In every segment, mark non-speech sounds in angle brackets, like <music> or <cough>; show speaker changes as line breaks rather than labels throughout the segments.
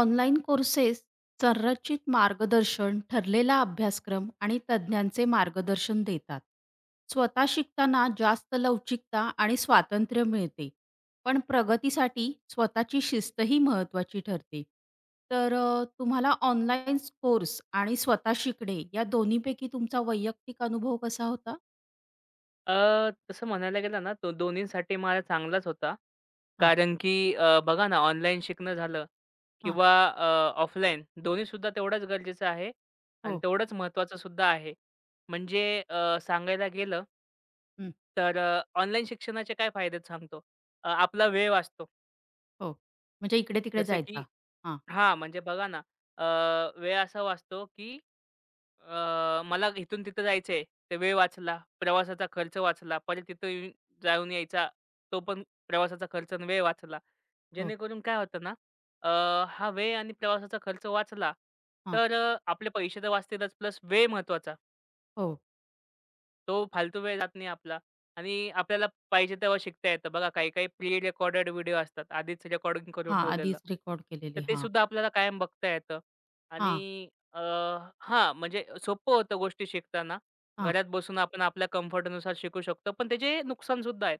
Online courses संरचित मार्गदर्शन, ठरलेला अभ्यासक्रम आणि तज्ज्ञांचे मार्गदर्शन देतात. स्वतः शिकताना जास्त लवचिकता आणि स्वातंत्र्य मिळते, पण प्रगतीसाठी स्वतःची शिस्तही महत्त्वाची ठरते. तर तुम्हाला ऑनलाईन कोर्स आणि स्वतः शिकणे या दोन्हीपैकी तुमचा वैयक्तिक अनुभव कसा होता?
अ, तसं म्हणायला गेलं ना, तो दोन्हींसाठी मला चांगलाच होता.
हां,
कारण की बघा ना, ऑनलाईन शिकणं झालं
हां,
किंवा ऑफलाईन दोन्हीसुद्धा तेवढंच गरजेचं आहे आणि
हो,
तेवढंच महत्त्वाचं सुद्धा आहे. म्हणजे सांगायला गेलं
हं,
तर ऑनलाईन शिक्षणाचे काय फायदे आहेत सांगतो. आपला वेळ वाचतो.
हो. म्हणजे इकडे-तिकडे
जसं की
जायचा. हां,
हां, म्हणजे बघा ना, अ, वेळ असा वाचतो की मला इथून तिथं जायचंय. ते वेळ वाचला, प्रवासाचा खर्च वाचला, परत तिथं येऊन जाऊन यायचा, तो पण प्रवासाचा खर्च आणि वेळ वाचला.
हो,
जेणेकरून काय होतं ना, अ, हा वेळ आणि प्रवासाचा खर्च वाचला,
हां,
तर आपले पैसे तर वाचतीलच प्लस वेळ महत्त्वाचा.
हो.
तो फालतू वेळ जात नाही आपला आणि आपल्याला पाहिजे तेव्हा शिकता येतं. बघा काही-काही प्री रेकॉर्डेड व्हिडिओ असतात, आधीच रेकॉर्डिंग करून
हां,
ठेवलेलं.
आधीच रेकॉर्ड
तर
केलेले.
ते
हां,
सुद्धा आपल्याला कायम बघता येतं
हां.
आणि अ, हां, म्हणजे सोपं होतं गोष्टी शिकताना.
हां,
घरात बसून आपण आपल्या कम्फर्टनुसार शिकू शकतो, पण त्याचे नुकसानसुद्धा आहेत.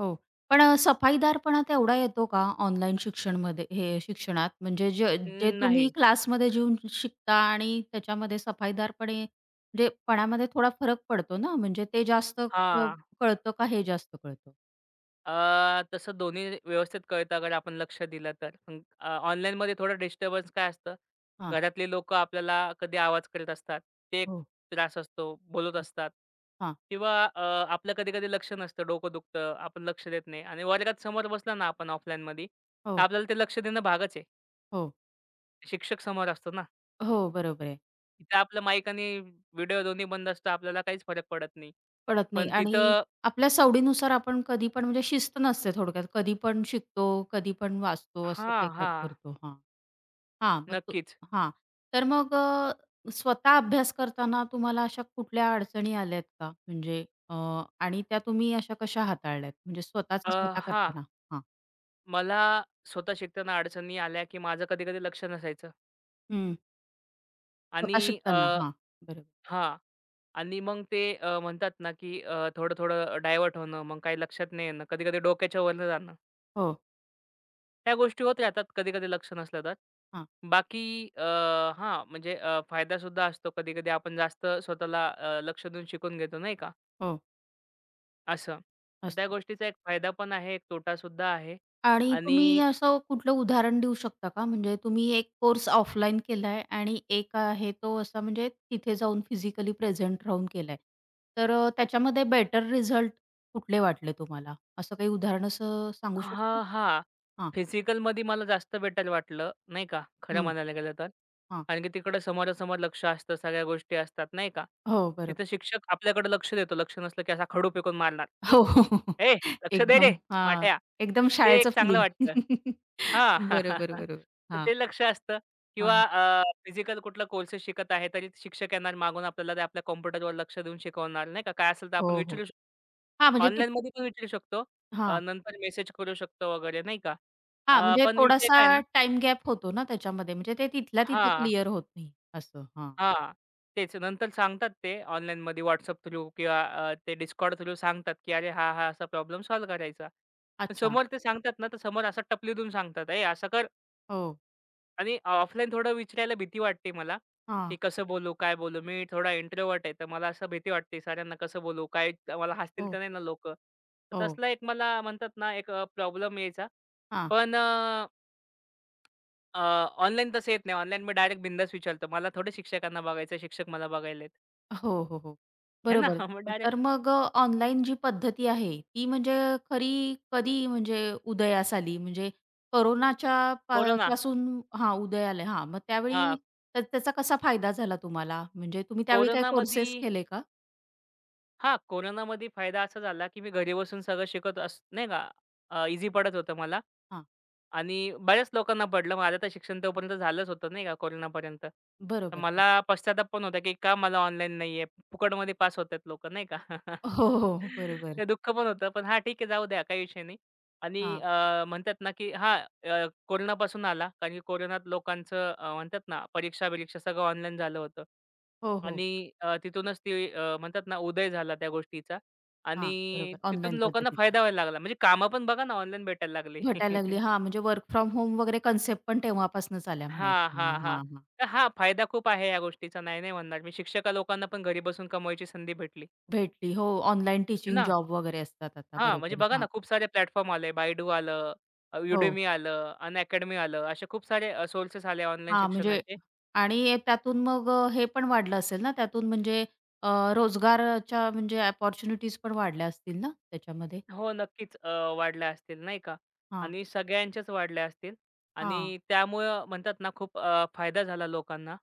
हो. पण सफाईदारपणा तेवढा येतो का ऑनलाईन शिक्षणमध्ये हे शिक्षणात? म्हणजे जे जे
अं,
तुम्ही
नाही.
क्लासमध्ये जेऊन शिकता आणि त्याच्यामध्ये सफाईदारपणे म्हणजे पणामध्ये थोडा फरक पडतो ना, म्हणजे ते जास्त
हां.
कळतं का हे जास्त कळतं?
तसं दोन्ही व्यवस्थित कळतं अगर आपण लक्ष दिलं तर. ऑनलाईनमध्ये थोडं डिस्टर्बन्स काय असतं,
हां,
घरातली लोकं आपल्याला कधी आवाज करीत असतात. ते एक
हो.
त्रास असतो, बोलत असतात
हां,
किंवा आपलं कधी-कधी लक्ष नसतं, डोकं दुखतं, आपण लक्ष देत नाही आणि वर्गात समोर बसला ना आपण ऑफलाईनमध्ये, तर
हो,
आपल्याला ते लक्ष देणं भागच आहे.
हो.
शिक्षक समोर असतो ना.
हो, बरोबर आहे.
तिथं आपलं माईक आणि व्हिडिओ दोन्ही बंद असतं, आपल्याला काहीच फरक पडत नाही.
कळत नाही
पण
आणि
तिथं
आपल्या सवडीनुसार आपण कधी पण म्हणजे शिस्त नसते थोडक्यात. कधी पण शिकतो, कधी पण वाचतो, असं
हां,
काही कर
हां.
करतो. हां. हां, मग तो
नक्कीच.
हां. तर मग स्वतः अभ्यास करताना तुम्हाला अशा कुठल्या अडचणी आल्यात का? म्हणजे अ, आणि त्या तुम्ही अशा कशा हाताळल्यात? म्हणजे स्वतःच
अ,
स्वतः
हां.
करताना? हां.
मला स्वतः शिकताना अडचणी आल्या, की माझं कधी-कधी लक्ष नसायचं
हं. स्वतः
आणि
शिकताना? हां, बरोबर.
हां. आणि मग ते म्हणतात ना, की थोडं-थोडं डायव्हर्ट होणं, मग काही लक्षात नाही येणं, कधी-कधी डोक्याच्या वरनं जाणं.
हो,
त्या गोष्टी होत राहतात कधी-कधी लक्ष नसलं तर.
हां,
बाकी अ, हां, म्हणजे फायदासुद्धा असतो. कधी-कधी आपण जास्त स्वतःला लक्ष देऊन शिकून घेतो नाही का,
हो,
असं. तर त्या
असं.
गोष्टीचा एक फायदा पण आहे, एक तोटासुद्धा आहे
आणि तुम्ही
आणि
असं कुठलं उदाहरण देऊ शकता का? म्हणजे तुम्ही एक कोर्स ऑफलाईन केलाय आणि एक आहे तो असा म्हणजे तिथे जाऊन फिजिकली प्रेझेंट राहून केलाय. तर त्याच्यामध्ये बेटर रिझल्ट कुठले वाटले तुम्हाला? असं काही उदाहरण असं सांगू शकता?
हां, हां.
हां.
फिजिकलमध्ये मला जास्त बेटर वाटलं, नाही का, खरं
हं.
म्हणायला गेलं तर.
हां.
कारण की तिकडं समोरासमोर लक्ष असतं, सगळ्या गोष्टी असतात, नाही का.
हो, बरोबर.
तिथं शिक्षक आपल्याकडे लक्ष देतो, लक्ष नसलं की असा खडू फेकून मारणार. "हं,
हो, हो, हो, हो.
ए लक्ष दे
एकदम
रे
हां.
माठ्या."
एकदम
ते एक
शाळेचं
चांगलं
फिलिंग.
वाटतं.
<laughs>
हां.
बरोबर,
<laughs>
बरोबर.
तर
हां,
ते लक्ष असतं
हां.
किंवा फिजिकल कुठला कोर्सेस शिकत आहे, तरी शिक्षक येणार मागून आपल्याला ते आपल्या कॉम्प्युटरवर लक्ष देऊन शिकवणार, नाही का. काय असेल तर आपण
हो, हो.
विचारू शकतो.
हां, म्हणजे ती
ऑनलाईनमध्ये पण विचारू शकतो. नंतर मेसेज करू शकतो वगैरे नाही का?
हां, म्हणजे
पण विषय
थोडासा
काय ना
टाईम गॅप होतो ना त्याच्यामध्ये, म्हणजे ते तिथल्या तिथं
हां,
क्लिअर होत नाही असं. हां,
हां. तेच नंतर सांगतात ते ऑनलाईनमध्ये WhatsApp थ्रू किंवा ते Discord थ्रू सांगतात, की "अरे हा, हा असा प्रॉब्लेम सॉल्व्ह करायचा."
अच्छा.
समोर ते सांगतात ना, तर समोर असं टपली देऊन सांगतात, "ए असं कर."
हो,
आणि ऑफलाईन थोडं विचारायला भीती वाटते मला,
हां,
की कसं बोलू, काय बोलू? मी थोडा इंट्रोव्हर्ट आहे, तर मला असं भीती वाटते सरांना कसं बोलू? काय मला हसतील
हो,
तर नाही ना लोकं? तर
हो,
तसला एक मला म्हणतात ना, एक प्रॉब्लेम यायचा.
हां.
पण अ अ, ऑनलाईन तसं येत नाही. ऑनलाईन मी डायरेक्ट बिंदास विचारतो. मला थोडे शिक्षकांना बघायचं शिक्षक मला बघायलेत.
हो, हो, हो.
आहे ना?
बरोबर.
<laughs> मग डायरेक्ट
तर मग ऑनलाईन जी पद्धती आहे, ती म्हणजे खरी कधी म्हणजे उदयास आली? म्हणजे कोरोनाच्या पा
कोरोना
पासून हां, उदयाला हां, मग
हां,
त्यावेळी तर त्याचा कसा फायदा झाला तुम्हाला? म्हणजे तुम्ही त्यावेळी काही
कोरोनामध्ये
कोर्सेस केले का?
हां, कोरोनामध्ये फायदा असा झाला, की मी घरी बसून सगळं शिकत अस नाही का पडत होतं मला
हां,
आणि बऱ्याच लोकांना पडलं. माझं तर शिक्षण तोपर्यंत झालंच होतं नाही का कोरोनापर्यंत. तर
बरोबर. हां.
मला पश्चाताप पण होता, की का मला ऑनलाईन नाहीये? फुकटमध्ये पास होत आहेत नाही का? <laughs>
हो, हो, बरोबर.
ते दुःख पण होतं. पण हां, ठीक आहे जाऊ द्या काही विषय नाही. आणि
हां.
म्हणतात ना, की हां, कोरोनापासून आला. कारण की कोरोनात लोकांचं म्हणतात ना, परीक्षा-बिरीक्षा सगळं ऑनलाईन झालं होतं.
हो, हो.
आणि तिथूनच ती म्हणतात ना, उदय झाला त्या गोष्टीचा
हां,
आणि
बरोबर.
तिथून
ऑनलाईन
लोकांना
पद्धतीचा.
फायदा व्हायला लागला. म्हणजे कामं पण बघा ना, ऑनलाईन भेटायला लागली.
भेटायला लागली.
<laughs>
हां, म्हणजे वर्क फ्रॉम होम वगैरे कन्सेप्ट पण तेव्हापासूनच आल्या
हां,
म्हणायची. हां,
हां, हां.
हां, हां.
तर हां, फायदा खूप आहे या गोष्टीचा. नाही, नाही म्हणणार मी. शिक्षका लोकांना पण घरी बसून कमवायची संधी भेटली.
भेटली. हो, ऑनलाईन
है
टीचिंग
ना?
जॉब वगैरे असतात आता.
हां, म्हणजे
बरोबर.
बघा
हां.
ना, खूप सारे प्लॅटफॉर्म आले. Baidu आलं,
हो.
युडेमी Udemy अन अनअकॅडमी आलं. असे खूप सारे सोर्सेस आले ऑनलाईन
हां, म्हणजे
शिक्षणाचे.
आणि त्यातून मग हे पण वाढलं असेल ना, त्यातून म्हणजे अ, रोजगाराच्या म्हणजे अपॉर्च्युनिटीज पण वाढल्या असतील ना त्याच्यामध्ये?
हो, नक्कीच वाढल्या असतील नाही का
हां,
आणि सगळ्यांच्याच वाढल्या असतील
हां.
आणि त्यामुळं म्हणतात ना, खूप फायदा झाला लोकांना.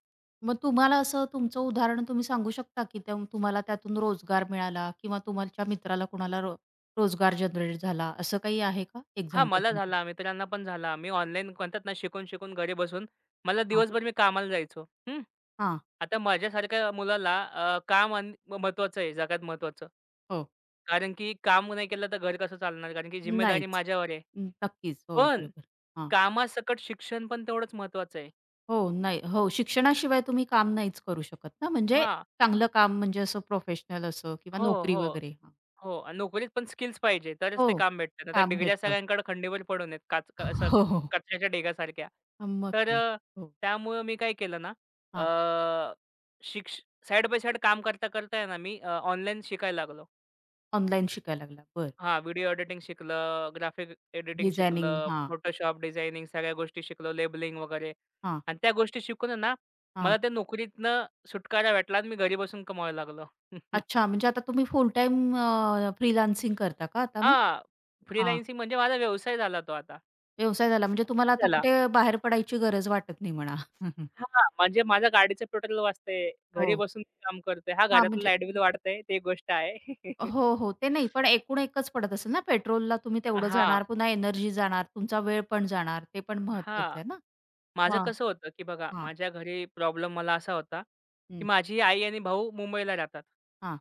मग तुम्हाला असं तुमचं उदाहरण तुम्ही सांगू शकता की त्या तुम्हाला त्यातून रोजगार मिळाला किंवा तुमच्या मित्राला कुणाला रोजगार जनरेट झाला असं काही आहे का
हां,
एक्झाम्पल
मला
तुमच्या?
झाला, मित्रांना पण झाला. मी ऑनलाईन म्हणतात ना, शिकून-शिकून घरी बसून मला
हां,
दिवसभर मी कामाला जायचो. हं.
हां.
आता माझ्यासारख्या मुलाला काम अन आहे, जगात महत्त्वाचं.
हो.
कारण की काम नाही केलं तर घर कसं चालणार? कारण की जिम्मेदारी
नाहीच.
माझ्यावर आहे.
नक्कीच. हो,
पण
बरोबर. हां.
कामासकट शिक्षण पण तेवढंच महत्वाचं आहे.
हो, नाही. हो, शिक्षणाशिवाय तुम्ही काम नाहीच करू शकत ना, म्हणजे
हां.
चांगलं काम म्हणजे असं प्रोफेशनल असं किंवा
हो,
नोकरी
हो,
वगैरे. हां.
हो. आणि नोकरीत पण स्किल्स पाहिजे तरच
हो,
ते काम भेटतं. नाहीतर
काम
डिग्र्या
भेटलं.
सगळ्यांकडे खंडीवर पडून आहेत काच असं
हो, हो.
कचऱ्याच्या ढेगासारख्या.
हा, मग
तर
काय. हो.
त्यामुळं मी काय केलं ना
हां.
अ, शिक्ष साइड बाय साइड काम करता-करता आहे ना मी ऑनलाईन शिकायला लागलो.
ऑनलाईन शिकायला लागला. बरं.
हां, व्हिडिओ एडिटिंग शिकलं, ग्राफिक एडिटिंग
डिझायनिंग.
शिकलं,
हां,
Photoshop डिझायनिंग सगळ्या गोष्टी शिकलो, लेबलिंग वगैरे.
हां,
आणि त्या गोष्टी शिकून आहे ना,
हां.
मला त्या नोकरीतनं सुटकारा भेटला आणि मी घरी बसून कमवायला लागलो. <laughs>
अच्छा, म्हणजे आता तुम्ही फुल टाईम फ्रीलान्सिंग करता का आता मग?
हां,
हां,
फ्रीलान्सिंग म्हणजे माझा व्यवसाय झाला तो आता.
व्यवसाय झाला म्हणजे तुम्हाला आता
त्याला
कुठे बाहेर पडायची गरज वाटत नाही म्हणा. <laughs>
हां, म्हणजे माझ्या गाडीचं पेट्रोल वाचतंय,
हो.
घरी बसून काम करतोय. हां,
हां,
घरातलं
म्हणजे
लाईट बिल वाढतंय, ते एक गोष्ट आहे. <laughs>
हो, हो. ते नाही पण एकूण एकच पडत असेल ना पेट्रोलला तुम्ही तेवढं
हां,
जाणार, पुन्हा एनर्जी जाणार, तुमचा वेळ पण जाणार. ते पण
हां.
महत्वाचं आहे ना?
माझं
हां,
कसं होतं, की बघा
हां,
माझ्या घरी प्रॉब्लेम मला असा होता, की
हं,
माझी आई आणि भाऊ मुंबईला राहतात.
हां.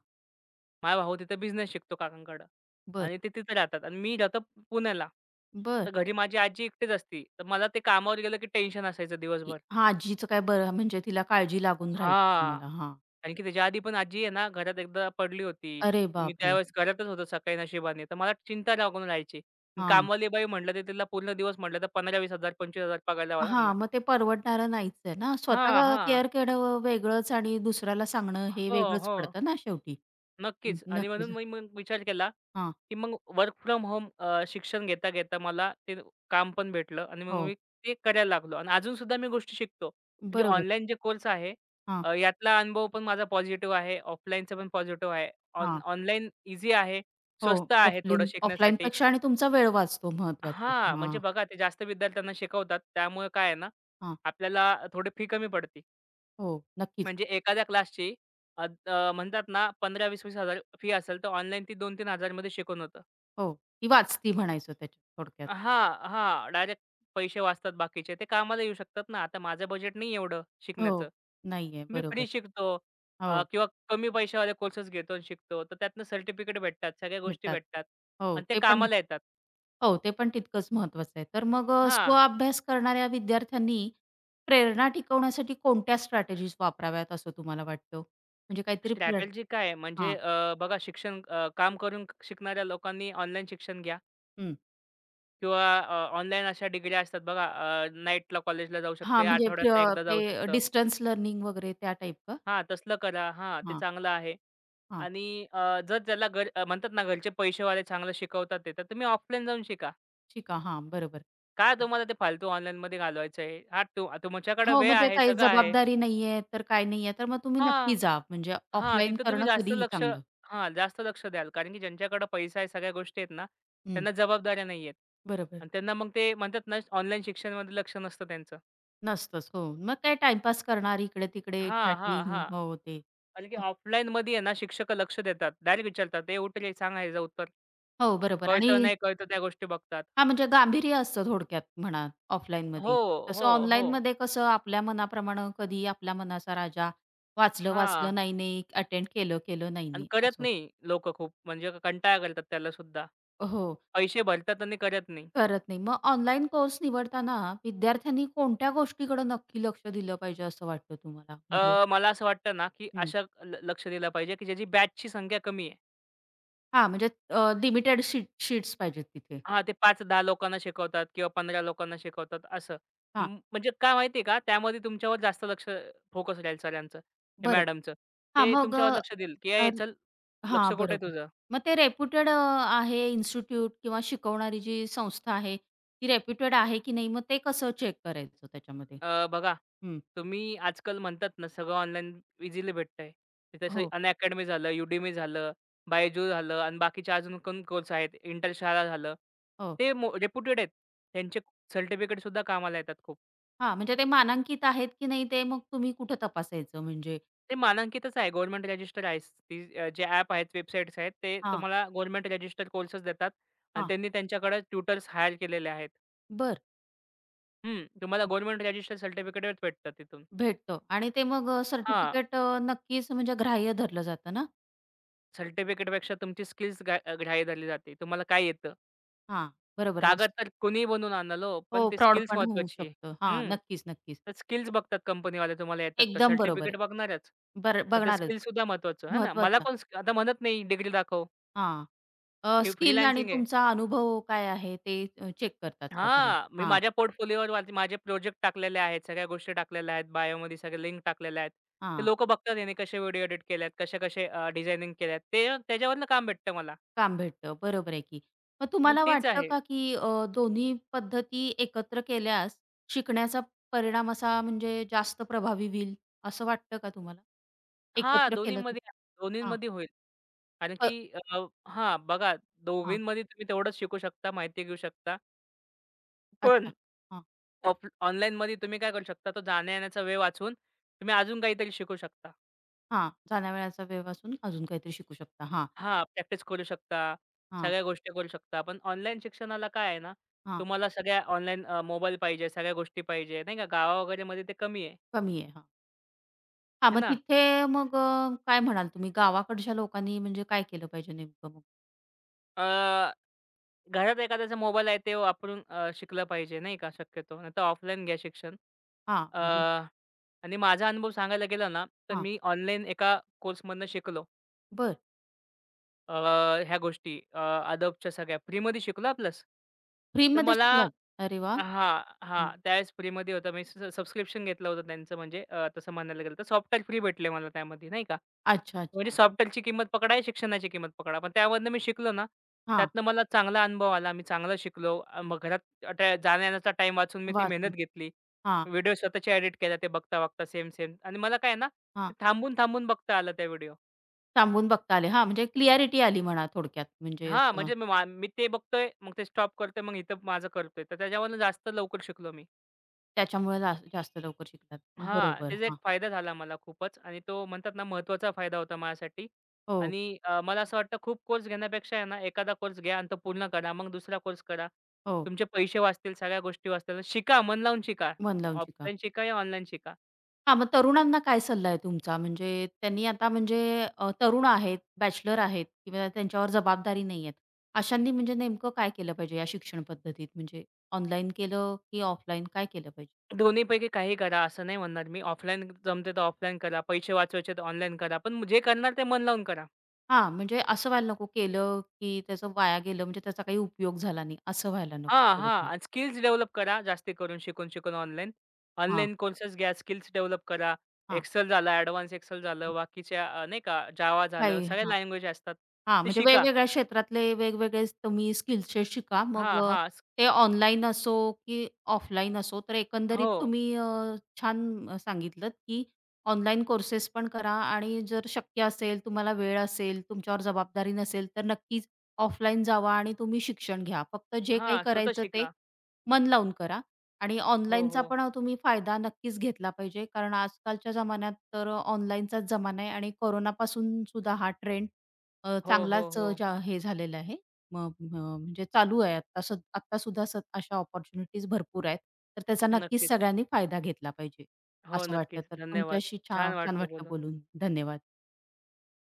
माझा भाऊ तिथं बिझनेस शिकतो काकांकडं
बरं,
आणि ते तिथं राहतात आणि मी राहतो पुण्याला.
बरं.
तर घरी माझी आजी एकटीच असती. तर मला ते कामावर गेलं की टेन्शन असायचं दिवसभर.
हां, आजीचं काय बरं म्हणजे तिला काळजी लागून राहायची
हां.
तुम्हाला. हां.
कारण की त्याच्या आधी पण आजी आहे ना घरात एकदा पडली होती.
अरे
मी
बापरे!
त्यावेळेस घरातच होतो सकाळी नशिबाने. तर मला चिंता लागून राहायची. आणि
हां.
कामवाली बाई म्हटलं तर तिला पूर्ण दिवस म्हटलं तर 15,000-20,000 ₹25,000 पगार द्यावा
हां,
लागणार.
मग ते परवडणारं नाहीच आहे ना.
हां,
स्वतः
हां.
केअर केलं वेगळंच आणि दुसऱ्याला सांगणं हे
हो,
वेगळंच
हो.
पडतं ना शेवटी. हं.
नक्कीच आणि
नक्कीच.
म्हणून मी मग विचार केला,
हां,
की मग वर्क फ्रॉम होम शिक्षण घेता, घेता मला ते काम पण भेटलं आणि मग मी
हो.
ते करायला लागलो आणि अजून सुद्धा मी गोष्टी शिकतो. म्हणजे
बरोबर.
ऑनलाईन जे कोर्स आहे
हां,
यातला अनुभव पण माझा पॉझिटिव्ह आहे, ऑफलाईनचा पण पॉझिटिव्ह आहे. ऑन
हां.
ऑनलाईन ईझी आहे,
हो,
स्वस्त आहे थोडं
ऑफलीन
शिकण्यासाठी.
ऑफलाईनपेक्षा आणि तुमचा वेळ वाचतो महत्वाचं.
हां, म्हणजे
हां,
बघा ते जास्त विद्यार्थ्यांना शिकवतात त्यामुळे काय आहे ना,
हां.
आपल्याला थोडी फी कमी पडते.
हो, नक्कीच.
म्हणजे एखाद्या क्लासची म्हणतात ना 15,000-20,000 फी असेल, तर ऑनलाईन ती 2-3,000 मध्ये शिकवून होतं.
हो, ती वाचती म्हणायचं त्याच्यात थोडक्यात.
हां, हां. डायरेक्ट पैसे वाचतात बाकीचे. ते कामाला येऊ शकतात ना. आता माझं बजेट नाही एवढं शिकण्याचं.
हो, नाहीये
मी
बरोबर.
फ्री शिकतो
हो,
किंवा कमी पैशावाले कोर्सेस घेतो आणि शिकतो. तर त्यातनं सर्टिफिकेट भेटतात, सगळ्या गोष्टी
भेटतात.
भेटतात
हो,
आणि ते
ते पण
कामाला येतात.
हो, ते पण तितकंच महत्वाचं आहे. तर मग
हां.
स्वअभ्यास करणाऱ्या विद्यार्थ्यांनी प्रेरणा टिकवण्यासाठी कोणत्या स्ट्रॅटेजीज वापराव्यात असं तुम्हाला वाटतं? म्हणजे काहीतरी
स्ट्रॅटेजी काय आहे म्हणजे
हां,
बघा शिक्षण काम करून शिकणाऱ्या लोकांनी ऑनलाईन शिक्षण घ्या.
हं.
किंवा ऑनलाईन अशा डिग्र्या असतात बघा नाईटला कॉलेजला जाऊ
हां,
शकतं, या
म्हणजे
आठवड्यातनं एकदा
ते
जाऊ शकतं.
डिस्टन्स लर्निंग वगैरे त्या टाइप का?
हां, तसलं करा. हां, ते
हां,
चांगलं आहे
हां,
आणि जर त्याला म्हणतात ना घरचे पैसेवाले चांगलं शिकवतात ते, तर तुम्ही ऑफलाईन जाऊन शिका.
शिका. हां, बरोबर.
काय तुम्हाला ते फालतू ऑनलाईनमध्ये घालवायचं आहे? हां, तु तुमच्याकडे
हो,
वेळ
म्हणजे
आहे,
काही
सगळं आहे.
जबाबदारी नाहीये, तर काय नाहीये, तर मग तुम्ही नक्की
हां.
जा. म्हणजे
हां,
ऑफलाईन
तिथं तुम्ही
करणं
जास्त
कधीही
लक्ष
चांगलं.
हां, जास्त लक्ष द्याल कारण की ज्यांच्याकडे पैसा आहे, सगळ्या गोष्टी आहेत ना,
हं,
त्यांना जबाबदाऱ्या नाहीयेत
बरोबर.
आणि त्यांना मग ते म्हणतात ना, ऑनलाईन शिक्षणामध्ये लक्ष नसतं त्यांचं.
नसतंच. हो, मग काय टाईमपास करणार इकडे-तिकडे
हां, हां,
चॅटिंग.
हां.
हो, ते.
कारण की ऑफलाईनमध्ये आहे ना शिक्षक लक्ष देतात. डायरेक्ट विचारतात, "ए उठ रे, सांग ह्याचं उत्तर."
हो, बरोबर आणि
कळतं नाही कळतं त्या गोष्टी बघतात.
हां, म्हणजे गांभीर्य असतं थोडक्यात म्हणा
हो,
ऑफलाईनमध्ये. तसं
हो, हो.
ऑनलाईनमध्ये कसं आपल्या मनाप्रमाणं कधी आपल्या मनाचा राजा
हां.
वाचलं-वाचलं, नाही-नाही, अटेंड केलं-केलं,
आणि
नाही-नाही
करत
असं होतं.
नाही लोक खूप म्हणजे कंटाळा करतात त्याला सुद्धा.
हो,
पैसे भरतात आणि करत नाही.
करत नाही. मग ऑनलाईन कोर्स निवडताना विद्यार्थ्यांनी कोणत्या गोष्टीकडे नक्की लक्ष दिलं पाहिजे असं वाटतं तुम्हाला? म्हणजे
मला असं वाटतं ना, की
हं,
अशा लक्ष दिलं पाहिजे, की ज्याची बॅचची संख्या कमी
हां, म्हणजे लिमिटेड शीट्स पाहिजेत तिथे.
हां, ते 5-10 लोकांना शिकवतात किंवा 15 लोकांना शिकवतात असं.
हां,
म्हणजे काय माहिती आहे का, त्यामध्ये तुमच्यावर जास्त लक्ष फोकस राहील सरांचं किंवा
बरं.
मॅडमचं.
हां,
ते
मग
तुमच्यावर लक्ष देईल, की "ए चल,
हां,
लक्ष कुठे आहे
बरोबर.
तुझं?"
मग ते रेप्युटेड आहे इन्स्टिट्यूट किंवा शिकवणारी जी संस्था आहे, ती रेप्युटेड आहे की नाही, मग ते कसं चेक करायचं त्याच्यामध्ये?
बघा,
हं.
तुम्ही आजकाल म्हणतात ना, सगळं ऑनलाईन इझिली भेटतंय." ते तसं
हो,
अनअकॅडमी झालं, Udemy झालं, बायजू झालं आणि बाकीचे अजून कोण कोर्स आहेत, इंटरशाळा झालं.
हो.
ते रेप्युटेड आहेत. त्यांचे सर्टिफिकेटसुद्धा कामाला येतात खूप.
हां, म्हणजे ते मानांकित आहेत की नाही, ते मग तुम्ही कुठं तपासायचं म्हणजे?
ते मानांकितच आहे. गव्हर्नमेंट रजिस्टर आहेच. ती जे ॲप आहेत, वेबसाईट्स आहेत, ते
हां,
तुम्हाला गव्हर्नमेंट रजिस्टर कोर्सेस देतात आणि
हां.
त्यांनी त्यांच्याकडे ट्युटर्स हायर केलेले आहेत.
बरं,
हं. तुम्हाला गव्हर्नमेंट रजिस्टर सर्टिफिकेटच भेटतं तिथून.
भेटतं आणि ते मग
हां.
सर्टिफिकेट नक्कीच म्हणजे ग्राह्य धरलं जातं ना?
सर्टिफिकेटपेक्षा तुमची स्किल्स ग्राह्य धरली जाते. तुम्हाला काय येतं?
हां, बरोबर.
कागद तर कोणीही बनवून आणल हो, पण
हो,
ते
फ्रॉड
स्किल्स
पण होऊ
महत्त्वाची आहे.
शकतं. हां,
हं.
नक्कीच, नक्कीच.
तर स्किल्स बघतात कंपनीवाले तुम्हाला येतात का?
एकदम बरोबर
सर्टिफिकेट
आहे.
बघणारच.
बर
पण ते
बघणारच.
स्किल्ससुद्धा महत्त्वाचं, आहे ना? मला
महत्वाचं.
कोण आता म्हणत नाही डिग्री दाखव.
हां.
मी
स्किल आणि
फ्रीलान्सिंग आहे.
तुमचा अनुभव काय आहे ते चेक करतात साधारण.
हां, मी
हां,
माझ्या पोर्टफोलिओवर वरती माझे प्रोजेक्ट टाकलेले आहेत, सगळ्या गोष्टी टाकलेल्या आहेत, बायोमध्ये सगळे लिंक टाकलेल्या आहेत. ते
हां.
लोकं बघतात याने कसे व्हिडिओ एडिट केल्यात, कसे-कसे डिझायनिंग केल्यात. ते त्याच्यावरनं काम भेटतं मला.
काम भेटतं. बरोबर आहे की. मग
मग
तुम्हाला
तेच
वाटतं
आहे.
का की दोन्ही पद्धती एकत्र केल्यास शिकण्याचा परिणाम असा म्हणजे जास्त प्रभावी होईल, असं वाटतं का तुम्हाला?
हां,
एकत्र केलं तर?
दोन्हीमध्ये
हां.
दोन्हीमध्ये होईल. कारण
अ,
की अ, हां, बघा
हां.
दोघींमध्ये तुम्ही तेवढंच शिकू शकता, माहिती घेऊ शकता. पण
अच्छा. हां,
ऑनलाईनमध्ये तुम्ही काय करू शकता, तो जाण्या-येण्याचा वेळ वाचवून तुम्ही अजून काहीतरी शिकू शकता.
हां. जाण्या-येण्याचा वेळ वाचून अजून काहीतरी शिकू शकता. हां,
हां, प्रॅक्टिस करू शकता.
हां,
सगळ्या गोष्टी करू शकता. पण ऑनलाईन शिक्षणाला काय आहे ना,
हां.
तुम्हाला सगळ्या ऑनलाईन मोबाईल पाहिजे, सगळ्या गोष्टी पाहिजे नाही का. गावा वगैरेमध्ये ते कमी आहे.
कमी आहे. हां,
है
मग
ना.
तिथे मग काय म्हणाल तुम्ही गावाकडच्या लोकांनी म्हणजे काय केलं पाहिजे नेमकं मग?
अ, घरात एखाद्याचा मोबाईल आहे ते वापरून शिकलं पाहिजे नाही का शक्यतो. नाहीतर ऑफलाईन घ्या शिक्षण.
हां,
अ,
म्हणजे
आणि माझा अनुभव सांगायला गेला ना, तर
हां,
मी ऑनलाईन एका कोर्समधनं शिकलो.
बरं.
अ, ह्या गोष्टी अ, Adobeच्या सगळ्या फ्रीमध्ये शिकलो प्लस. तर
फ्रीमध्ये
मला
शिकलात? अरे वाह!
हां,
हं.
हां. त्यावेळेस फ्रीमध्ये होतं. मी स सबस्क्रिप्शन घेतलं होतं त्यांचं म्हणजे तसं म्हणायला गेलं तर सॉफ्टवेअर फ्री भेटले मला त्यामध्ये नाही का.
अच्छा,
म्हणजे
अच्छा.
सॉफ्टवेअरची किंमत पकडा, शिक्षणाची किंमत पकडा. पण त्यामधनं मी शिकलो ना,
हां,
त्यातनं मला चांगला अनुभव आला. मी चांगलं शिकलो. मग घरात त्या जाण्या-येण्याचा वाचून मी ती मेहनत
वाचून.
घेतली.
हां,
व्हिडिओ स्वतःचे एडिट केल्या ते बघता-बघता सेम-सेम आणि मला काय आहे ना, ते
हां.
थांबून-थांबून बघता आलं त्या व्हिडिओ.
थांबून बघता आले. हां, म्हणजे क्लिअॅरिटी आली म्हणा थोडक्यात म्हणजे
हां,
असं
म्हणजे मी ते बघतोय, मग ते स्टॉप करतोय, मग इथं माझं करतोय. तर त्याच्यावरनं जास्त लवकर शिकलो मी.
त्याच्यामुळे जास्त लवकर शिकतात.
हां,
बरोबर.
त्याचा एक
हां.
फायदा झाला मला खूपच आणि तो म्हणतात ना महत्त्वाचा फायदा होता माझ्यासाठी
हो,
आणि मला असं वाटतं खूप कोर्स घेण्यापेक्षा आहे ना, एखादा कोर्स घ्या आणि तो पूर्ण करा. मग दुसरा कोर्स करा.
हो.
तुमचे पैसे वाचतील, सगळ्या गोष्टी वाचतील. शिका, मन लावून शिका.
मन लावून शिका.
ऑफलाईन शिका या ऑनलाईन शिका.
हां, मग तरुणांना काय सल्ला आहे तुमचा? म्हणजे त्यांनी आता म्हणजे तरुण आहेत, बॅचलर आहेत किंवा त्यांच्यावर जबाबदारी नाही आहेत. अशांनी म्हणजे नेमकं काय केलं पाहिजे या शिक्षण पद्धतीत? म्हणजे ऑनलाईन केलं की ऑफलाईन काय केलं पाहिजे?
दोन्हीपैकी काही करा असं नाही म्हणणार मी. ऑफलाईन जमते तर ऑफलाईन करा. पैसे वाचवायचे तर ऑनलाईन करा. पण जे करणार ते मन लावून करा.
हां, म्हणजे असं व्हायला नको केलं की त्याचं वाया गेलं म्हणजे त्याचा काही उपयोग झाला नाही, असं व्हायला नको.
हा हां.
थोडक्यात.
आणि स्किल्स डेव्हलप करा जास्ती करून शिकून-शिकून ऑनलाईन.
हां,
ऑनलाईन कोर्सेस घ्या, स्किल्स डेव्हलप करा.
हां.
एक्सेल झालं, ॲडव्हान्स एक्सेल झालं, बाकीच्या नाही का जावा
काय
झालं, सगळ्या
हां.
लँग्वेज असतात.
हां,
ते
म्हणजे
शिका.
वेगवेगळ्या क्षेत्रातले वेगवेगळे तुम्ही स्किल्सचे शिका. मग
हां, हां.
ते ऑनलाईन असो, की ऑफलाईन असो, तर एकंदरीत
हो.
तुम्ही छान सांगितलत, की ऑनलाईन कोर्सेस पण करा आणि जर शक्य असेल, तुम्हाला वेळ असेल, तुमच्यावर जबाबदारी नसेल, तर नक्कीच ऑफलाईन जावा आणि तुम्ही शिक्षण घ्या. फक्त जे काही
हां, स्वतः
करायचं ते
शिका.
मन लावून करा आणि
हो,
ऑनलाईनचा
हो.
पण तुम्ही फायदा नक्कीच घेतला पाहिजे. कारण आजकालच्या जमान्यात तर ऑनलाईनचाच जमाना आहे आणि कोरोनापासून सुद्धा हा ट्रेंड
हो, हो,
चांगलाच
हो.
ज्या हे झालेलं आहे. मग म्हणजे चालू आहे आता सु आता सुद्धा अशा अपॉर्च्युनिटीज भरपूर आहेत. तर त्याचा नक्कीच
नक्कीच.
सगळ्यांनी फायदा घेतला पाहिजे,
हो,
असं वाटतं.
नक्कीच.
तर
धन्यवाद.
तुमच्याशी छा
छान
छान
वाटलं
वाटलं
बोलून.
बोलून. धन्यवाद.